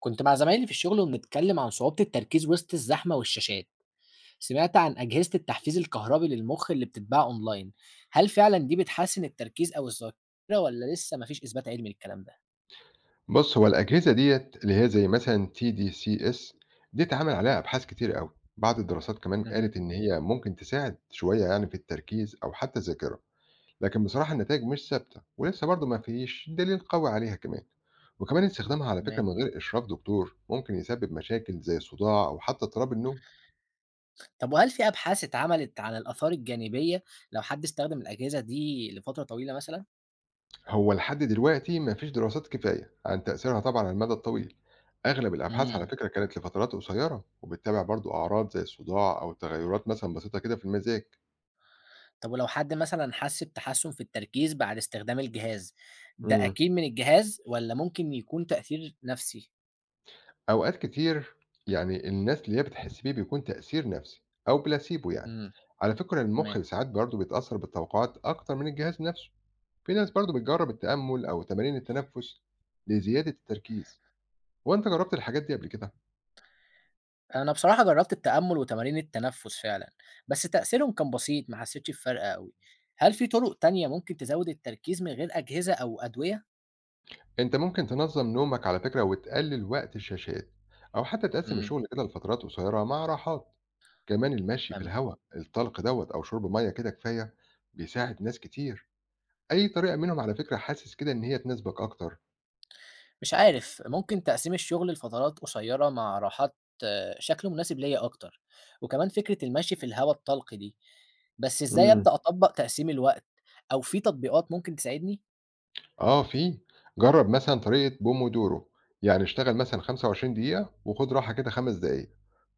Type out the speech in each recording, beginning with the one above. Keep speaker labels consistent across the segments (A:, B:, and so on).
A: كنت مع زمايلي في الشغل وبنتكلم عن صعوبة التركيز وسط الزحمة والشاشات. سمعت عن أجهزة التحفيز الكهربي للمخ اللي بتتباع أونلاين. هل فعلا دي بتحسن التركيز أو الذاكرة، ولا لسه مفيش إثبات علمي للكلام ده؟
B: بُص، هو الأجهزة ديّة اللي هي زي مثلًا TDCS دي سي اس دي اتعمل عليها أبحاث كتير أوي، بعض الدراسات كمان
A: مهم.
B: قالت إن هي ممكن تساعد شوية يعني في التركيز أو حتى الذاكرة، لكن بصراحة النتايج مش ثابتة ولسه برضه ما فيش دليل قوي عليها كمان، وكمان استخدامها على فكرة
A: تمام.
B: من غير إشراف دكتور ممكن يسبب مشاكل زي الصداع أو حتى اضطراب النوم.
A: طب وهل في أبحاث اتعملت عن الآثار الجانبية لو حد استخدم الأجهزة دي لفترة طويلة مثلا؟
B: هو لحد دلوقتي ما فيش دراسات كفاية عن تأثيرها طبعا على المدى الطويل. أغلب الأبحاث على
A: مم.
B: فكرة كانت لفترات قصيرة وبتتابع برضو أعراض زي الصداع أو تغيرات مثلا بسيطة كده في المزاج.
A: طب ولو حد مثلا حس بتحسن في التركيز بعد استخدام الجهاز ده
B: امم
A: أكيد من الجهاز ولا ممكن يكون تأثير نفسي؟
B: أوقات كتير يعني الناس اللي هي بتحس بيه بيكون تأثير نفسي أو بلاسيبو يعني.
A: مم.
B: على فكرة المخ
A: تمام.
B: ساعات برضو بيتأثر بالتوقعات أكتر من الجهاز نفسه. في ناس برضو بتجرب التأمل أو تمارين التنفس لزيادة التركيز. وأنت جربت الحاجات دي قبل كده؟
A: أنا بصراحة جرّبت التأمُّل وتمارين التنفُّس فعلًا، بس تأثيرهم كان بسيط، ما حسّيتش بفرق أوي. هل في طُرق تانية ممكن تزوّد التركيز من غير أجهزة أو أدوية؟
B: انت ممكن تنظم نومك على فكرة وتقلل وقت الشاشات او حتى تقسم
A: إمم،
B: الشغل كده لفترات قصيرة مع راحات. كمان المشي في
A: تمام.
B: الهواء الطلق دوت او شرب مية كده كفاية، بيساعد ناس كتير. اي طريقة منهم على فكرة حاسس كده ان هي تناسبك اكتر؟
A: مش عارف، ممكن تقسيم الشُغل لفترات قصيّرة مع راحات. شكله مناسب ليّا أكتر، وكمان فكرة المشي في الهوا الطلق دي، بس إزاي أبدأ أطبّق تقسيم الوقت أو في تطبيقات ممكن تساعدني؟
B: آه في، جرّب مثلًا طريقة بومودورو، يعني اشتغل مثلًا 25 دقيقة وخُد راحة كده 5 دقايق،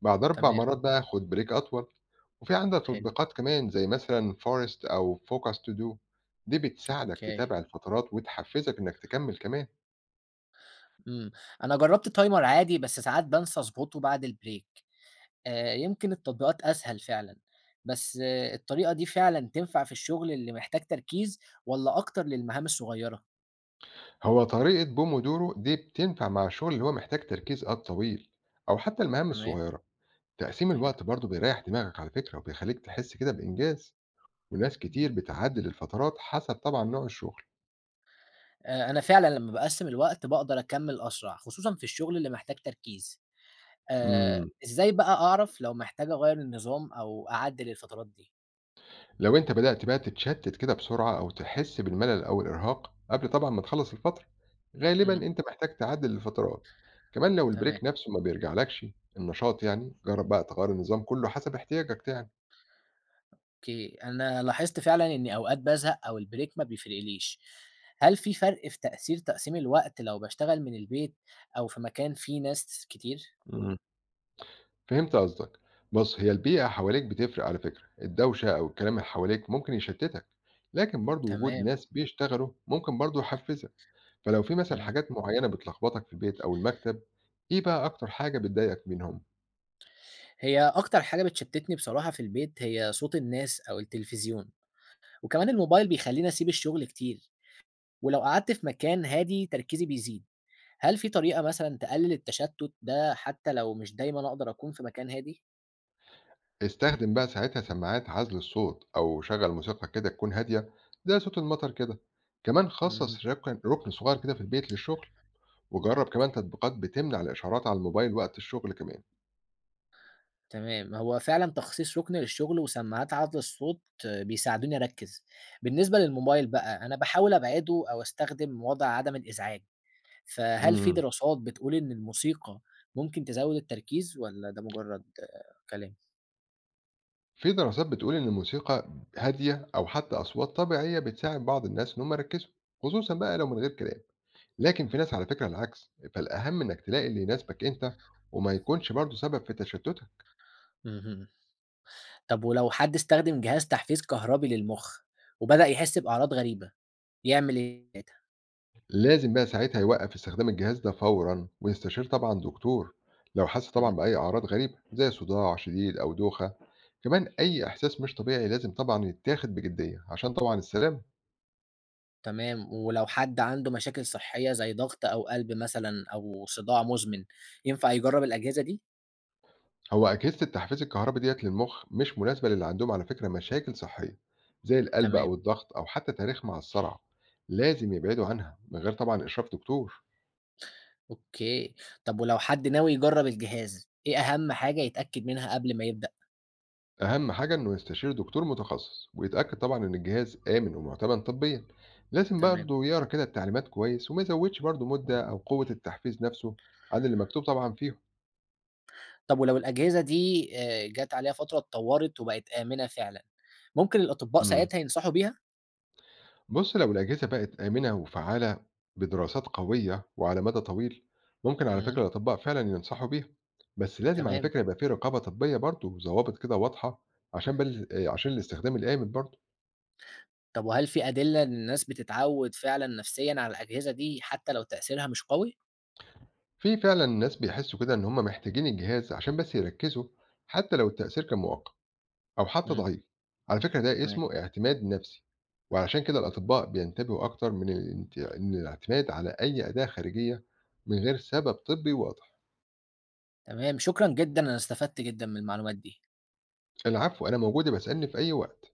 B: بعد 4
A: تمام،
B: مرات بقى خُد بريك أطول، وفي عندك
A: حلو،
B: تطبيقات كمان زي مثلًا Forest أو Focus to do، دي بتساعدك
A: أوكي.
B: تتابع الفترات وتحفّزك إنّك تكمّل كمان.
A: إمم، أنا جرّبت timer عادي بس ساعات بانسى أضبطه بعد الbreak. يمكن التطبيقات أسهل فعلًا، بس الطريقة دي فعلًا تنفع في الشغل اللي محتاج تركيز والّا أكتر للمهام الصغيرة؟
B: هو طريقة بومودورو دي بتنفع مع الشغل اللي هو محتاج تركيز آه طويل أو حتّى المهام
A: تمام،
B: الصغيّرة، تقسيم
A: حلو.
B: الوقت برضه بيريّح دماغك على فكرة وبيخلّيك تحس كده بإنجاز. وناس كتير
A: إمم.
B: بتعدّل الفترات حسب طبعًا نوع الشغل.
A: أنا فعلًا لمّا باقسّم الوقت باقدر أكمّل أسرع، خصوصًا في الشغل اللي محتاج تركيز.
B: إمم.
A: إزاي بقى أعرف لو محتاج أغيّر النظام أو أعدّل الفترات دي؟
B: لو أنت بدأت بقى تتشتِّت كده بسرعة أو تحس بالملل أو الإرهاق قبل طبعًا ما تخلّص الفترة، غالبًا
A: إمم،
B: أنت محتاج تعدِّل الفترات. كمان لو
A: تمام،
B: الbreak نَفْسه ما بيرجعلكش النشاط يعني، جرّب بقى تغيّر النظام كُلّه حسب احتياجك يعني.
A: أوكي. أنا لاحظت فعلًا إني أوقات بازهق أو البريك ما بيفرقليش. هل في فرق في تأثير تقسيم الوقت لو باشتغل من البيت أو في مكان فيه ناس كتير؟
B: إمم. فهمت قصدك. بُص، هي البيئة حواليك بتفرق على فكرة، الدوشة أو الكلام اللي حواليك ممكن يشتِّتك، لكن برضه وجود
A: تمام،
B: ناس بيشتغلوا ممكن برضه يحفّزك. فلو في مثلًا
A: إمم.
B: حاجات معيّنة بتلخبطك في البيت أو المكتب، إيه بقى أكتر حاجة بتضايقك منهم؟
A: هي أكتر حاجة بتشتتني بصراحة في البيت هي صوت الناس أو التلفزيون، وكمان الموبايل بيخلّيني أسيب الشغل كتير، ولو قعدت في مكان هادي تركيزي بيزيد. هل في طريقة مثلًا تقلل التشتت ده حتى لو مش دايمًا أقدر أكون في مكان هادي؟
B: استخدم بقى ساعتها سماعات عزل الصوت أو شغل موسيقى كده تكون هادية زي صوت المطر كده. كمان
A: اهم،
B: خصص ركن صغير كده في البيت للشغل، وجرب كمان
A: أوكي،
B: تطبيقات بتمنع الإشعارات على الموبايل وقت الشغل كمان.
A: تمام. هو فعلًا تخصيص ركن للشغل وسماعات عزل الصوت بيساعدوني أركّز. بالنسبة للموبايل بقى، أنا باحاول أبعده أو أستخدم وضع عدم الإزعاج. فهل في
B: امم
A: دراسات بتقول إن الموسيقى ممكن تزوّد التركيز والّا ده مجرّد كلام؟
B: في دراسات بتقول إن الموسيقى هادية أو حتى أصوات طبيعية بتساعد بعض الناس إن هم يركزوا، خصوصا بقى لو من غير كلام. لكن في ناس على فكرة العكس، فالأهم إنك تلاقي اللي يناسبك أنت وما يكونش برضه سبب في تشتتك.
A: اهم. طب ولو حد استخدم جهاز تحفيز كهربي للمُخ وبدأ يحس بأعراض غريبة، يعمل إيه ساعتها؟
B: لازم بقى ساعتها يوقّف استخدام الجهاز ده فورًا ويستشير طبعًا دكتور، لو حس طبعًا
A: إمم.
B: بأي أعراض غريبة، زي صداع شديد أو دوخة. كمان أي إحساس مش طبيعي لازم طبعًا يتاخد بجدية عشان طبعًا السلامة.
A: تمام، ولو حد عنده مشاكل صحية زي ضغط أو قلب مثلًا أو صداع مزمن، ينفع يجرّب الأجهزة دي؟
B: هو أجهزة التحفيز الكهربي ديّة للمخ مش مناسبة للي عندهم على فكرة مشاكل صحية، زي القلب
A: تمام،
B: أو الضغط أو حتى تاريخ مع الصرع. لازم يبعدوا عنها من غير طبعًا إشراف دكتور.
A: أوكي. طب ولو حد ناوي يجرّب الجهاز، إيه أهم حاجة يتأكد منها قبل ما يبدأ؟
B: أهم حاجة إنه يستشير دكتور متخصص ويتأكد طبعا إن الجهاز آمن ومعتمد طبيا. لازم
A: تمام.
B: برضه يقرا كده التعليمات كويس وما يزودش برضه مدة أو قوة التحفيز نفسه عن اللي مكتوب طبعا فيهم.
A: طب ولو الأجهزة دي جات عليها فترة اتطورت وبقت آمنة فعلًا، ممكن الأطباء
B: امم
A: ساعتها ينصحوا بيها؟
B: بص، لو الأجهزة بقت آمنة وفعالة بدراسات قوية وعلى مدى طويل، ممكن على
A: إمم،
B: فكرة الأطباء فعلا ينصحوا بيها. بس لازم على
A: تمام.
B: فكرة يبقى في رقابة طبية برضه وضوابط كده واضحة، عشان بل... آه، عشان الاستخدام الآمن برضه.
A: طب وهل في أدلة إن الناس بتتعود فعلًا نفسيًا على الأجهزة دي حتى لو تأثيرها مش قوي؟
B: في فعلا ناس بيحسوا كده ان هم محتاجين الجهاز عشان بس يركزوا، حتى لو التأثير كان مؤقت او حتى
A: إمم،
B: ضعيف. على فكرة ده
A: تمام،
B: اسمه اعتماد نفسي، وعلشان كده الأطباء بينتبهوا أكتر من من الاعتماد على أي أداة خارجية من غير سبب طبي واضح.
A: تمام. شكرًا جدًا، أنا استفدت جدًا من المعلومات دي.
B: العفو، أنا موجودة، بسألني في أي وقت.